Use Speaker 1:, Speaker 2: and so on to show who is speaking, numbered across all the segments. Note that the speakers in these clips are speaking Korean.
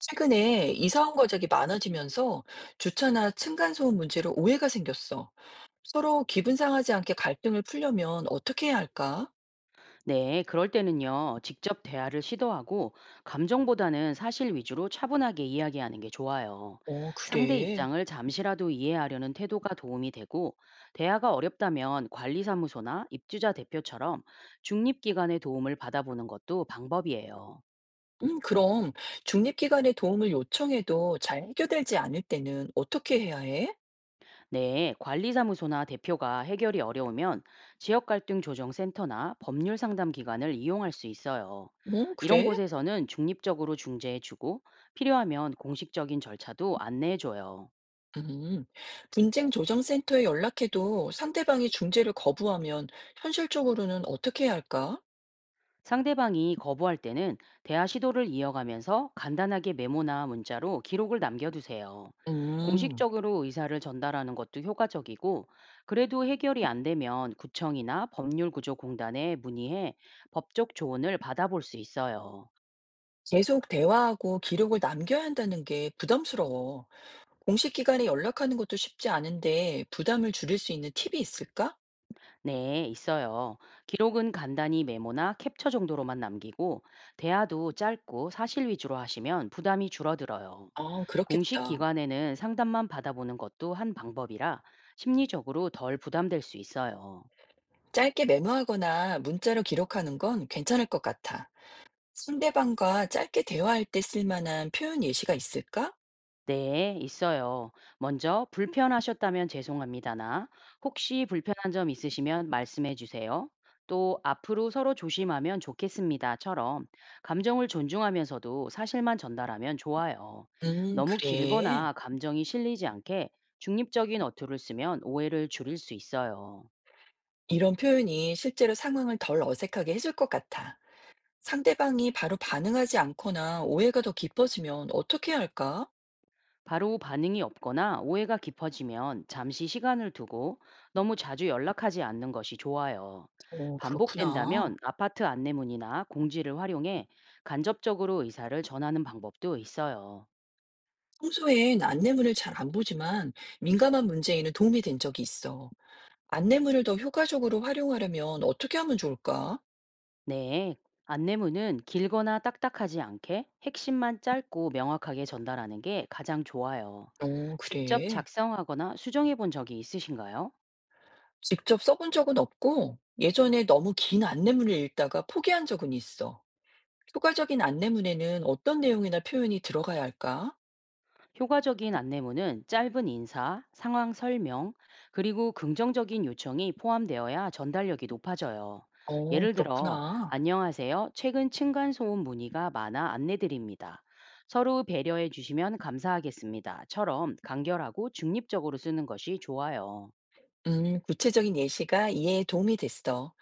Speaker 1: 최근에 이사 온 가족이 많아지면서 주차나 층간소음 문제로 오해가 생겼어. 서로 기분 상하지 않게 갈등을 풀려면 어떻게 해야 할까?
Speaker 2: 네, 그럴 때는요, 직접 대화를 시도하고 감정보다는 사실 위주로 차분하게 이야기하는 게 좋아요.
Speaker 1: 어,
Speaker 2: 상대
Speaker 1: 그래.
Speaker 2: 입장을 잠시라도 이해하려는 태도가 도움이 되고, 대화가 어렵다면 관리사무소나 입주자 대표처럼 중립기관의 도움을 받아보는 것도 방법이에요.
Speaker 1: 그럼 중립기관의 도움을 요청해도 잘 해결되지 않을 때는 어떻게 해야 해?
Speaker 2: 네, 관리사무소나 대표가 해결이 어려우면 지역갈등조정센터나 법률상담기관을 이용할 수 있어요.
Speaker 1: 어,
Speaker 2: 이런
Speaker 1: 그래?
Speaker 2: 곳에서는 중립적으로 중재해주고 필요하면 공식적인 절차도 안내해줘요.
Speaker 1: 음, 분쟁 조정센터에 연락해도 상대방이 중재를 거부하면 현실적으로는 어떻게 해야 할까?
Speaker 2: 상대방이 거부할 때는 대화 시도를 이어가면서 간단하게 메모나 문자로 기록을 남겨두세요.
Speaker 1: 음,
Speaker 2: 공식적으로 의사를 전달하는 것도 효과적이고, 그래도 해결이 안 되면 구청이나 법률구조공단에 문의해 법적 조언을 받아볼 수 있어요.
Speaker 1: 계속 대화하고 기록을 남겨야 한다는 게 부담스러워. 공식 기관에 연락하는 것도 쉽지 않은데 부담을 줄일 수 있는 팁이 있을까?
Speaker 2: 네, 있어요. 기록은 간단히 메모나 캡처 정도로만 남기고, 대화도 짧고 사실 위주로 하시면 부담이 줄어들어요.
Speaker 1: 아,
Speaker 2: 공식
Speaker 1: 그렇겠다.
Speaker 2: 기관에는 상담만 받아보는 것도 한 방법이라 심리적으로 덜 부담될 수 있어요.
Speaker 1: 짧게 메모하거나 문자로 기록하는 건 괜찮을 것 같아. 상대방과 짧게 대화할 때 쓸만한 표현 예시가 있을까?
Speaker 2: 네, 있어요. 먼저 불편하셨다면 죄송합니다나 혹시 불편한 점 있으시면 말씀해 주세요. 또 앞으로 서로 조심하면 좋겠습니다처럼 감정을 존중하면서도 사실만 전달하면 좋아요. 너무
Speaker 1: 그래.
Speaker 2: 길거나 감정이 실리지 않게 중립적인 어투를 쓰면 오해를 줄일 수 있어요.
Speaker 1: 이런 표현이 실제로 상황을 덜 어색하게 해줄 것 같아. 상대방이 바로 반응하지 않거나 오해가 더 깊어지면 어떻게 해야 할까?
Speaker 2: 바로 반응이 없거나 오해가 깊어지면 잠시 시간을 두고 너무 자주 연락하지 않는 것이 좋아요.
Speaker 1: 어, 그렇구나.
Speaker 2: 반복된다면 아파트 안내문이나 공지를 활용해 간접적으로 의사를 전하는 방법도 있어요.
Speaker 1: 평소엔 안내문을 잘 안 보지만 민감한 문제에는 도움이 된 적이 있어. 안내문을 더 효과적으로 활용하려면 어떻게 하면 좋을까?
Speaker 2: 네. 안내문은 길거나 딱딱하지 않게 핵심만 짧고 명확하게 전달하는 게 가장 좋아요.
Speaker 1: 어,
Speaker 2: 직접
Speaker 1: 그래.
Speaker 2: 작성하거나 수정해 본 적이 있으신가요?
Speaker 1: 직접 써본 적은 없고, 예전에 너무 긴 안내문을 읽다가 포기한 적은 있어. 효과적인 안내문에는 어떤 내용이나 표현이 들어가야 할까?
Speaker 2: 효과적인 안내문은 짧은 인사, 상황 설명, 그리고 긍정적인 요청이 포함되어야 전달력이 높아져요.
Speaker 1: 어,
Speaker 2: 예를 들어,
Speaker 1: 그렇구나.
Speaker 2: 안녕하세요. 최근 층간소음 문의가 많아 안내드립니다. 서로 배려해 주시면 감사하겠습니다. 처럼 간결하고 중립적으로 쓰는 것이 좋아요.
Speaker 1: 구체적인 예시가 이해에 도움이 됐어.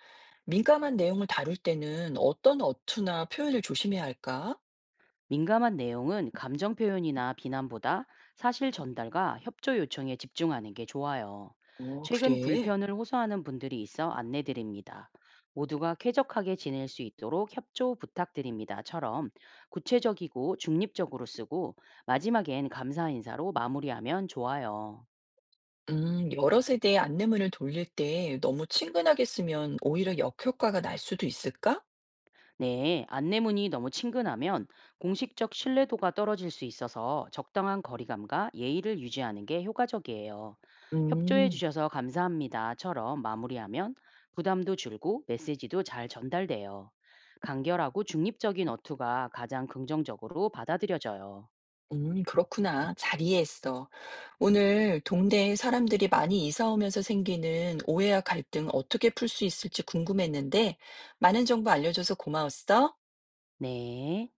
Speaker 1: 민감한 내용을 다룰 때는 어떤 어투나 표현을 조심해야 할까?
Speaker 2: 민감한 내용은 감정 표현이나 비난보다 사실 전달과 협조 요청에 집중하는 게 좋아요.
Speaker 1: 어,
Speaker 2: 최근
Speaker 1: 그래.
Speaker 2: 불편을 호소하는 분들이 있어 안내드립니다. 모두가 쾌적하게 지낼 수 있도록 협조 부탁드립니다.처럼 구체적이고 중립적으로 쓰고 마지막엔 감사 인사로 마무리하면 좋아요.
Speaker 1: 여러 세대의 안내문을 돌릴 때 너무 친근하게 쓰면 오히려 역효과가 날 수도 있을까?
Speaker 2: 네, 안내문이 너무 친근하면 공식적 신뢰도가 떨어질 수 있어서 적당한 거리감과 예의를 유지하는 게 효과적이에요. 협조해
Speaker 1: 음.
Speaker 2: 주셔서 감사합니다처럼 마무리하면 부담도 줄고 메시지도 잘 전달돼요. 간결하고 중립적인 어투가 가장 긍정적으로 받아들여져요.
Speaker 1: 그렇구나. 잘 이해했어. 오늘 동네에 사람들이 많이 이사 오면서 생기는 오해와 갈등 어떻게 풀 수 있을지 궁금했는데 많은 정보 알려줘서 고마웠어.
Speaker 2: 네.